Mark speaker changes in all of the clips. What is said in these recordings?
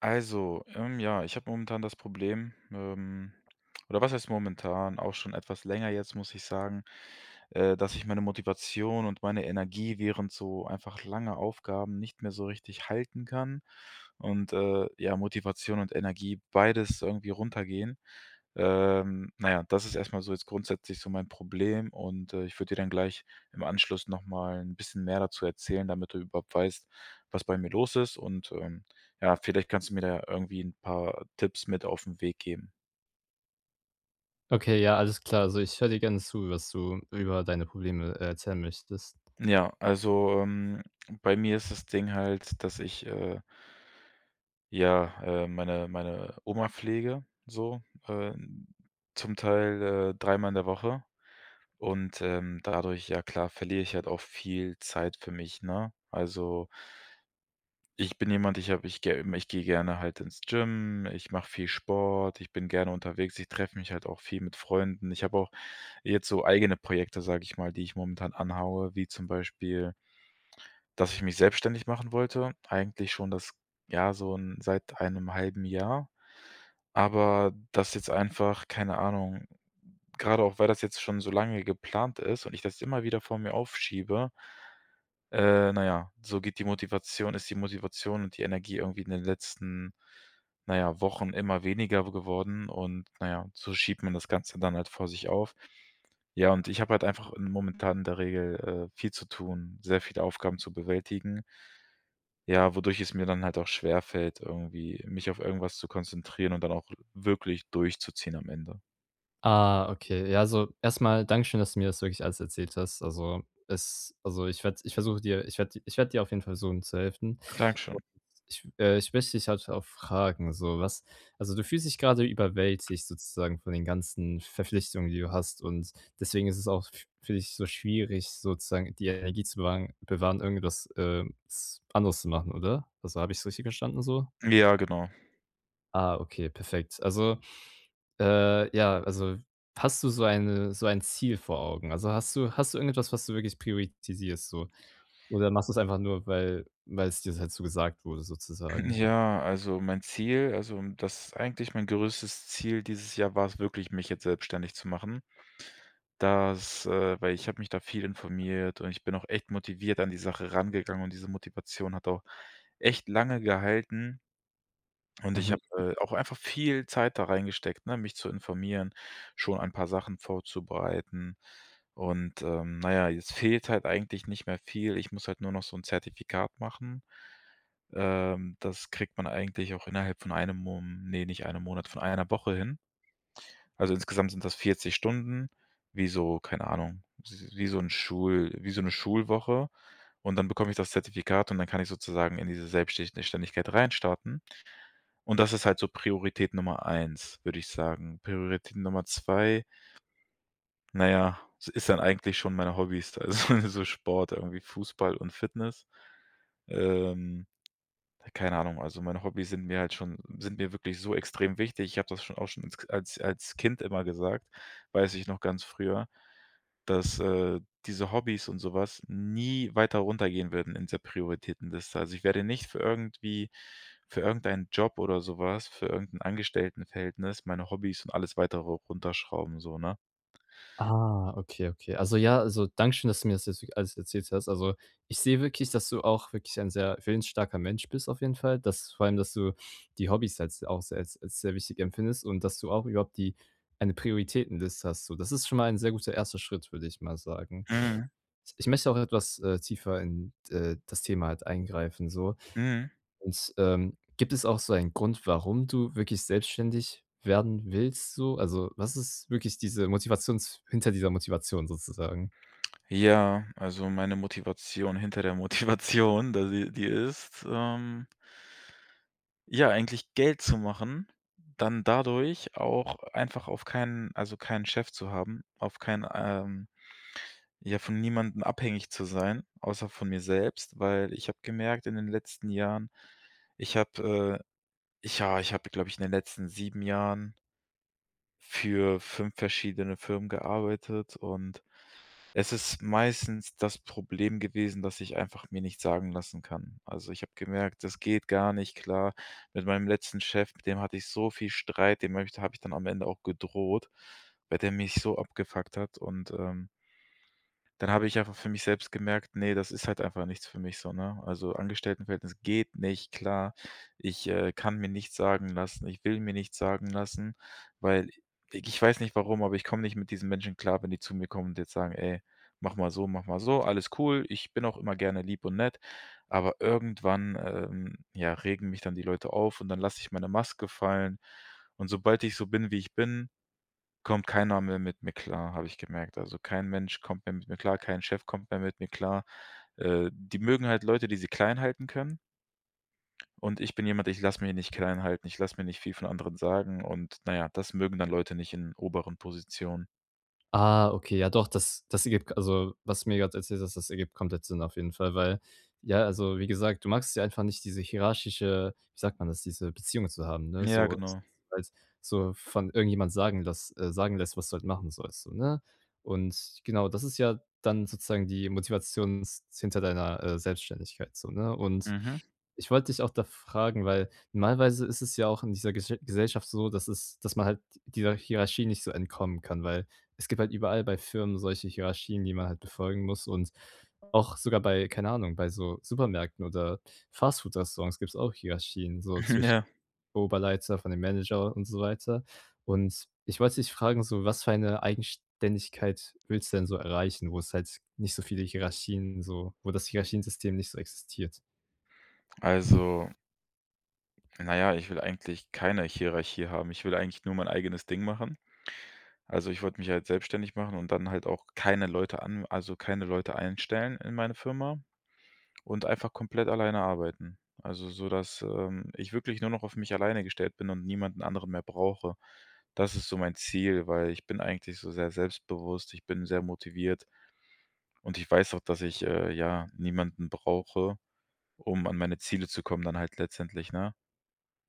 Speaker 1: Also, ja, ich habe momentan das Problem, oder was heißt momentan, auch schon etwas länger jetzt, muss ich sagen, dass ich meine Motivation und meine Energie während so einfach langer Aufgaben nicht mehr so richtig halten kann. Und ja, Motivation und Energie, beides irgendwie runtergehen. Naja, das ist erstmal so jetzt grundsätzlich so mein Problem, und ich würde dir dann gleich im Anschluss nochmal ein bisschen mehr dazu erzählen, damit du überhaupt weißt, was bei mir los ist. Und ja, vielleicht kannst du mir da irgendwie ein paar Tipps mit auf den Weg geben.
Speaker 2: Okay, ja, alles klar. Also, ich höre dir gerne zu, was du über deine Probleme, erzählen möchtest.
Speaker 1: Ja, also, bei mir ist das Ding halt, dass ich, ja, meine Oma pflege, so, äh, zum Teil, dreimal in der Woche, und, dadurch, ja klar, verliere ich halt auch viel Zeit für mich, ne? Also, ich bin jemand, ich habe ich ge ich gehe gerne halt ins Gym, ich mache viel Sport, ich bin gerne unterwegs, ich treffe mich halt auch viel mit Freunden. Ich habe auch jetzt so eigene Projekte, sage ich mal, die ich momentan anhaue, wie zum Beispiel, dass ich mich selbstständig machen wollte, eigentlich schon das ja, so ein seit einem halben Jahr, aber das jetzt einfach, keine Ahnung, gerade auch, weil das jetzt schon so lange geplant ist und ich das immer wieder vor mir aufschiebe. Na ja, so geht die Motivation ist die Motivation und die Energie irgendwie in den letzten, na ja, Wochen immer weniger geworden, und, na ja, so schiebt man das Ganze dann halt vor sich auf. Ja, und ich habe halt einfach in momentan in der Regel, viel zu tun, sehr viele Aufgaben zu bewältigen, ja, wodurch es mir dann halt auch schwerfällt, irgendwie mich auf irgendwas zu konzentrieren und dann auch wirklich durchzuziehen am Ende.
Speaker 2: Ah, okay. Ja, also, erstmal mal Dankeschön, dass du mir das wirklich alles erzählt hast. Also, ich werde dir auf jeden Fall versuchen zu helfen. Und
Speaker 1: Dankeschön.
Speaker 2: ich möchte dich halt auch fragen, so was du fühlst dich gerade überwältigt sozusagen von den ganzen Verpflichtungen, die du hast, und deswegen ist es auch f für dich so schwierig, sozusagen die Energie zu bewahren, irgendwas, s anderes zu machen, oder? Also, habe ich es richtig verstanden so?
Speaker 1: Ja, genau.
Speaker 2: Ah, okay, perfekt. Also, ja, also hast du so ein Ziel vor Augen? Also, hast du irgendetwas, was du wirklich priorisierst so? Oder machst du es einfach nur, weil es dir halt so gesagt wurde sozusagen?
Speaker 1: Ja, also mein Ziel, also das eigentlich mein größtes Ziel dieses Jahr war es wirklich, mich jetzt selbstständig zu machen. Das, weil ich habe mich da viel informiert, und ich bin auch echt motiviert an die Sache rangegangen, und diese Motivation hat auch echt lange gehalten. Und ich
Speaker 2: Mhm.
Speaker 1: habe, auch einfach viel Zeit da reingesteckt, ne, mich zu informieren, schon ein paar Sachen vorzubereiten. Und, na ja, jetzt fehlt halt eigentlich nicht mehr viel. Ich muss halt nur noch so ein Zertifikat machen. Das kriegt man eigentlich auch innerhalb von einem Mo ne, nicht einem Monat, von einer Woche hin. Also, insgesamt sind das 40 Stunden, wie so keine Ahnung, wie so ein Schul wie so eine Schulwoche. Und dann bekomme ich das Zertifikat, und dann kann ich sozusagen in diese Selbstständigkeit reinstarten. Und das ist halt so Priorität Nummer eins, würde ich sagen. Priorität Nummer 2, na ja, ist dann eigentlich schon meine Hobbys, also so Sport, irgendwie Fußball und Fitness. Ähm, ja, keine Ahnung, also meine Hobbys sind mir halt schon sind mir wirklich so extrem wichtig. Ich habe das schon auch schon als als Kind immer gesagt, weiß ich noch ganz früher, dass, diese Hobbys und sowas nie weiter runtergehen würden in der Prioritätenliste. Also, ich werde nicht für irgendeinen Job oder sowas, für irgendein Angestelltenverhältnis meine Hobbys und alles Weitere runterschrauben, so, ne?
Speaker 2: Ah, okay, okay. Also, ja, also, Dankeschön, dass du mir das jetzt wirklich alles erzählt hast. Also, ich sehe wirklich, dass du auch wirklich ein sehr willensstarker Mensch bist, auf jeden Fall, dass vor allem, dass du die Hobbys als auch se als als sehr wichtig empfindest und dass du auch überhaupt die eine Prioritätenliste hast so. Das ist schon mal ein sehr guter erster Schritt, würde ich mal sagen.
Speaker 1: Mhm,
Speaker 2: Ich möchte auch etwas, tiefer in, das Thema halt eingreifen so.
Speaker 1: mhm.
Speaker 2: Und, gibt es auch so einen Grund, warum du wirklich selbstständig werden willst so? Also, was ist wirklich diese Motivations hinter dieser Motivation sozusagen?
Speaker 1: Ja, also, meine Motivation hinter der Motivation, da sie die ist, ja, eigentlich Geld zu machen, dann dadurch auch einfach auf keinen also, keinen Chef zu haben, auf keinen, ähm, ja, von niemandem abhängig zu sein, außer von mir selbst, weil ich habe gemerkt in den letzten Jahren, ich habe, äh ich, ja, ich habe, glaube ich, in den letzten 7 Jahren für 5 verschiedene Firmen gearbeitet, und es ist meistens das Problem gewesen, dass ich einfach mir nicht sagen lassen kann. Also, ich habe gemerkt, das geht gar nicht klar. Mit meinem letzten Chef, mit dem hatte ich so viel Streit, dem habe ich dann am Ende auch gedroht, weil der mich so abgefuckt hat, und, ähm, dann habe ich einfach für mich selbst gemerkt: „Nee, das ist halt einfach nichts für mich so“, ne? Also, Angestelltenverhältnis geht nicht klar. Ich, kann mir nichts sagen lassen. Ich will mir nichts sagen lassen, weil i ich weiß nicht warum, aber ich komme nicht mit diesen Menschen klar, wenn die zu mir kommen und jetzt sagen: „Ey, mach mal so, alles cool.“ Ich bin auch immer gerne lieb und nett, aber irgendwann, ja, regen mich dann die Leute auf, und dann lasse ich meine Maske fallen. Und sobald ich so bin, wie ich bin, kommt keiner mehr mit mir klar, habe ich gemerkt. Also, kein Mensch kommt mehr mit mir klar, kein Chef kommt mehr mit mir klar. Die mögen halt Leute, die sie klein halten können, und ich bin jemand, ich lasse mich nicht klein halten, ich lasse mir nicht viel von anderen sagen, und naja, das mögen dann Leute nicht in oberen Positionen.
Speaker 2: Ah, okay, ja doch, das ergibt, also, was du mir gerade erzählt hast, das ergibt komplett Sinn, auf jeden Fall, weil ja, also, wie gesagt, du magst ja einfach nicht diese hierarchische, wie sagt man das, diese Beziehung zu haben, ne?
Speaker 1: Ja,
Speaker 2: So dass
Speaker 1: genau.
Speaker 2: halt so von irgendjemand sagen lässt, was du halt machen sollst, so, ne? Und genau, das ist ja dann sozusagen die Motivation s hinter deiner, Selbstständigkeit so, ne? Und
Speaker 1: Mhm.
Speaker 2: ich wollte dich auch da fragen, weil normalerweise ist es ja auch in dieser Gesche Gesellschaft so, dass man halt dieser Hierarchie nicht so entkommen kann, weil es gibt halt überall bei Firmen solche Hierarchien, die man halt befolgen muss, und auch sogar bei, keine Ahnung, bei so Supermärkten oder Fastfood-Restaurants gibt es auch Hierarchien, so zwischen
Speaker 1: Ja.
Speaker 2: Oberleiter von dem Manager und so weiter. Und ich wollte dich fragen, so was für eine Eigenständigkeit willst du denn so erreichen, wo es halt nicht so viele Hierarchien, so wo das Hierarchiensystem nicht so existiert?
Speaker 1: Also, naja, ich will eigentlich keine Hierarchie haben. Ich will eigentlich nur mein eigenes Ding machen. Also, ich wollte mich halt selbstständig machen und dann halt auch keine Leute an also, keine Leute einstellen in meine Firma. Und einfach komplett alleine arbeiten. Also, sodass, ich wirklich nur noch auf mich alleine gestellt bin und niemanden anderen mehr brauche. Das ist so mein Ziel, weil ich bin eigentlich so sehr selbstbewusst, ich bin sehr motiviert, und ich weiß auch, dass ich, ja, niemanden brauche, um an meine Ziele zu kommen dann halt letztendlich, ne?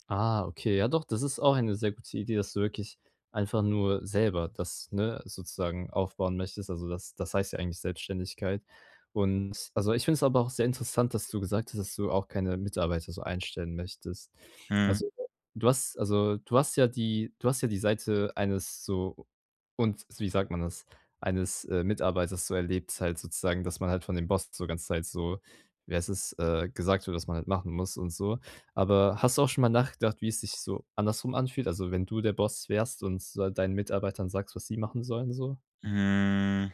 Speaker 2: Ah, okay, ja doch, das ist auch eine sehr gute Idee, dass du wirklich einfach nur selber das, ne, sozusagen aufbauen möchtest. Also, das heißt ja eigentlich Selbstständigkeit. Und, also, ich finde es aber auch sehr interessant, dass du gesagt hast, dass du auch keine Mitarbeiter so einstellen möchtest.
Speaker 1: Mhm.
Speaker 2: Also, du hast, also, du hast ja die Seite eines so, und wie sagt man das? Eines, Mitarbeiters so erlebt halt sozusagen, dass man halt von dem Boss so ganz Zeit so, wie heißt es, gesagt wird, was man halt machen muss und so. Aber hast du auch schon mal nachgedacht, wie es sich so andersrum anfühlt? Also, wenn du der Boss wärst und so deinen Mitarbeitern sagst, was sie machen sollen so?
Speaker 1: Hm,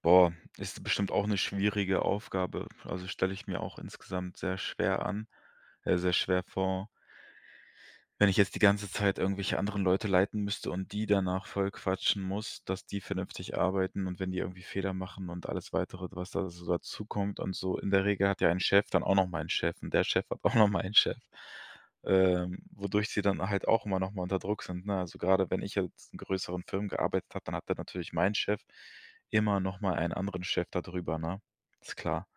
Speaker 1: boah, ist bestimmt auch eine schwierige Aufgabe. Also, stelle ich mir auch insgesamt sehr schwer vor. Wenn ich jetzt die ganze Zeit irgendwelche anderen Leute leiten müsste und die danach voll quatschen muss, dass die vernünftig arbeiten, und wenn die irgendwie Fehler machen und alles Weitere, was da so dazukommt und so. In der Regel hat ja ein Chef dann auch noch mal einen Chef, und der Chef hat auch noch mal einen Chef, wodurch sie dann halt auch immer noch mal unter Druck sind, ne? Also, gerade wenn ich jetzt in größeren Firmen gearbeitet habe, dann hatte natürlich mein Chef immer noch mal einen anderen Chef da drüber, ne? Ist klar.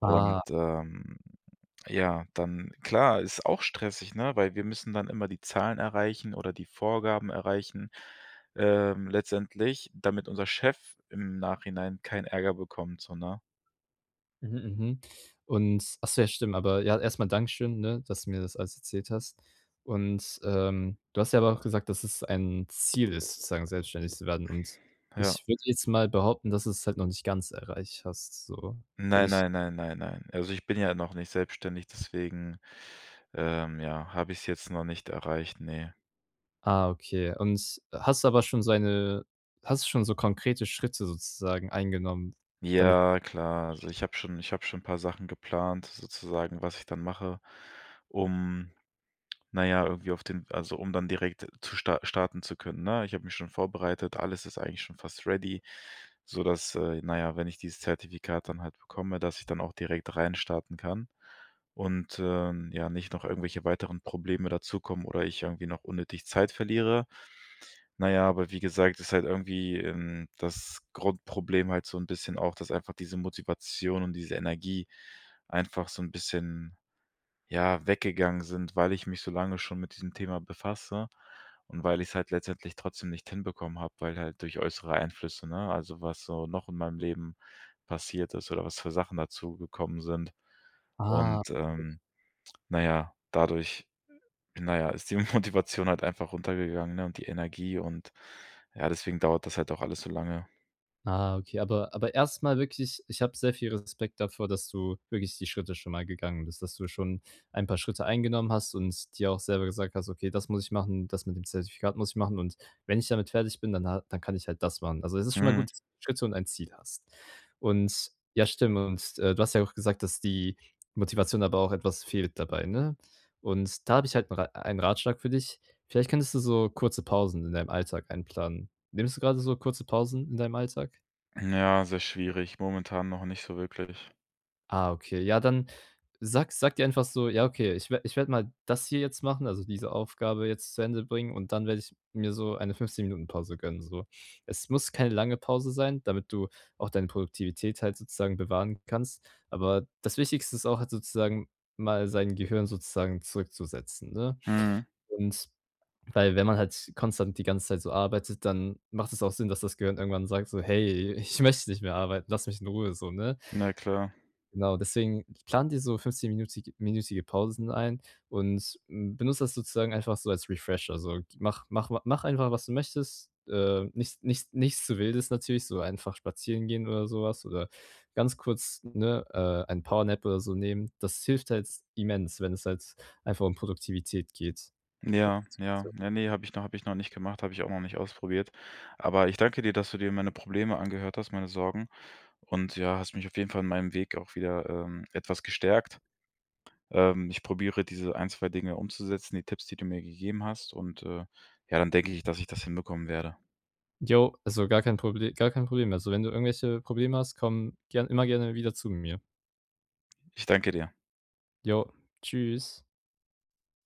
Speaker 2: Ah,
Speaker 1: Und, ähm, ja, dann klar, ist auch stressig, ne, weil wir müssen dann immer die Zahlen erreichen oder die Vorgaben erreichen, letztendlich, damit unser Chef im Nachhinein keinen Ärger bekommt, so, ne?
Speaker 2: mhm, mhm. Und ach so, ja, stimmt. Aber ja, erst mal Dankeschön, ne, dass du mir das alles erzählt hast. Und, du hast ja aber auch gesagt, dass es ein Ziel ist, sozusagen selbstständig zu werden. Und
Speaker 1: Ja.
Speaker 2: ich würde jetzt mal behaupten, dass du es halt noch nicht ganz erreicht hast, so. Bin
Speaker 1: Nein,
Speaker 2: ich
Speaker 1: nein, nein, nein, nein. Also, ich bin ja noch nicht selbstständig, deswegen, ja, habe ich es jetzt noch nicht erreicht, nee.
Speaker 2: Ah, okay. Und hast du schon so konkrete Schritte sozusagen eingenommen, damit.
Speaker 1: Ja, klar. Also, ich habe schon ein paar Sachen geplant sozusagen, was ich dann mache, um na ja, irgendwie auf den also, um dann direkt zu starten zu können, ne? Ich habe mich schon vorbereitet, alles ist eigentlich schon fast ready, sodass, na ja, wenn ich dieses Zertifikat dann halt bekomme, dass ich dann auch direkt reinstarten kann, und, ja, nicht noch irgendwelche weiteren Probleme dazukommen oder ich irgendwie noch unnötig Zeit verliere. Na ja, aber wie gesagt, ist halt irgendwie, das Grundproblem halt so ein bisschen auch, dass einfach diese Motivation und diese Energie einfach so ein bisschen, ja, weggegangen sind, weil ich mich so lange schon mit diesem Thema befasse und weil ich's halt letztendlich trotzdem nicht hinbekommen habe, weil halt durch äußere Einflüsse, ne, also, was so noch in meinem Leben passiert ist oder was für Sachen dazugekommen sind.
Speaker 2: Ah,
Speaker 1: Und, na ja, dadurch, naja, ist die Motivation halt einfach runtergegangen, ne, und die Energie, und ja, deswegen dauert das halt auch alles so lange.
Speaker 2: ah, okay, aber erstmal wirklich, ich habe sehr viel Respekt davor, dass du wirklich die Schritte schon mal gegangen bist, dass du schon ein paar Schritte eingenommen hast und dir auch selber gesagt hast: „Okay, das muss ich machen, das mit dem Zertifikat muss ich machen und wenn ich damit fertig bin, dann ha dann kann ich halt das machen.“ Also, es ist schon mal
Speaker 1: Mhm.
Speaker 2: gut, dass du Schritte und ein Ziel hast. Und ja, stimmt und, du hast ja auch gesagt, dass die Motivation aber auch etwas fehlt dabei, ne? Und da habe ich halt 'n Ra einen Ratschlag für dich. Vielleicht könntest du so kurze Pausen in deinem Alltag einplanen. Nimmst du gerade so kurze Pausen in deinem Alltag?
Speaker 1: Ja, sehr schwierig. Momentan noch nicht so wirklich.
Speaker 2: Ah, okay. Ja, dann sag dir einfach so: „Ja, okay, ich werde mal das hier jetzt machen, also diese Aufgabe jetzt zu Ende bringen, und dann werde ich mir so eine 15 Minuten Pause gönnen“, so. Es muss keine lange Pause sein, damit du auch deine Produktivität halt sozusagen bewahren kannst. Aber das Wichtigste ist auch halt sozusagen, mal sein Gehirn sozusagen zurückzusetzen, ne?
Speaker 1: Mhm.
Speaker 2: Und weil, wenn man halt konstant die ganze Zeit so arbeitet, dann macht es auch Sinn, dass das Gehirn irgendwann sagt so: „Hey, ich möchte nicht mehr arbeiten, lass mich in Ruhe“, so, ne?
Speaker 1: Na klar.
Speaker 2: Genau, deswegen plan dir so fünfzehnminütig minütige Pausen ein und, benutze das sozusagen einfach so als Refresher. So, mach einfach, was du möchtest, nichts zu Wildes natürlich, so einfach spazieren gehen oder so was oder ganz kurz, ne, einen Power Nap oder so nehmen. Das hilft halt immens, wenn es halt einfach um Produktivität geht.
Speaker 1: Ja, ja. Ja, nee, habe ich noch nicht gemacht, habe ich auch noch nicht ausprobiert. Aber ich danke dir, dass du dir meine Probleme angehört hast, meine Sorgen, und ja, hast mich auf jeden Fall in meinem Weg auch wieder, etwas gestärkt. Ich probiere diese ein, 2 Dinge umzusetzen, die Tipps, die du mir gegeben hast, und, ja, dann denke ich, dass ich das hinbekommen werde.
Speaker 2: Jo, also gar kein Problem, gar kein Problem. Also, wenn du irgendwelche Probleme hast, komm gern immer gerne wieder zu mir.
Speaker 1: Ich danke dir.
Speaker 2: Jo, tschüss.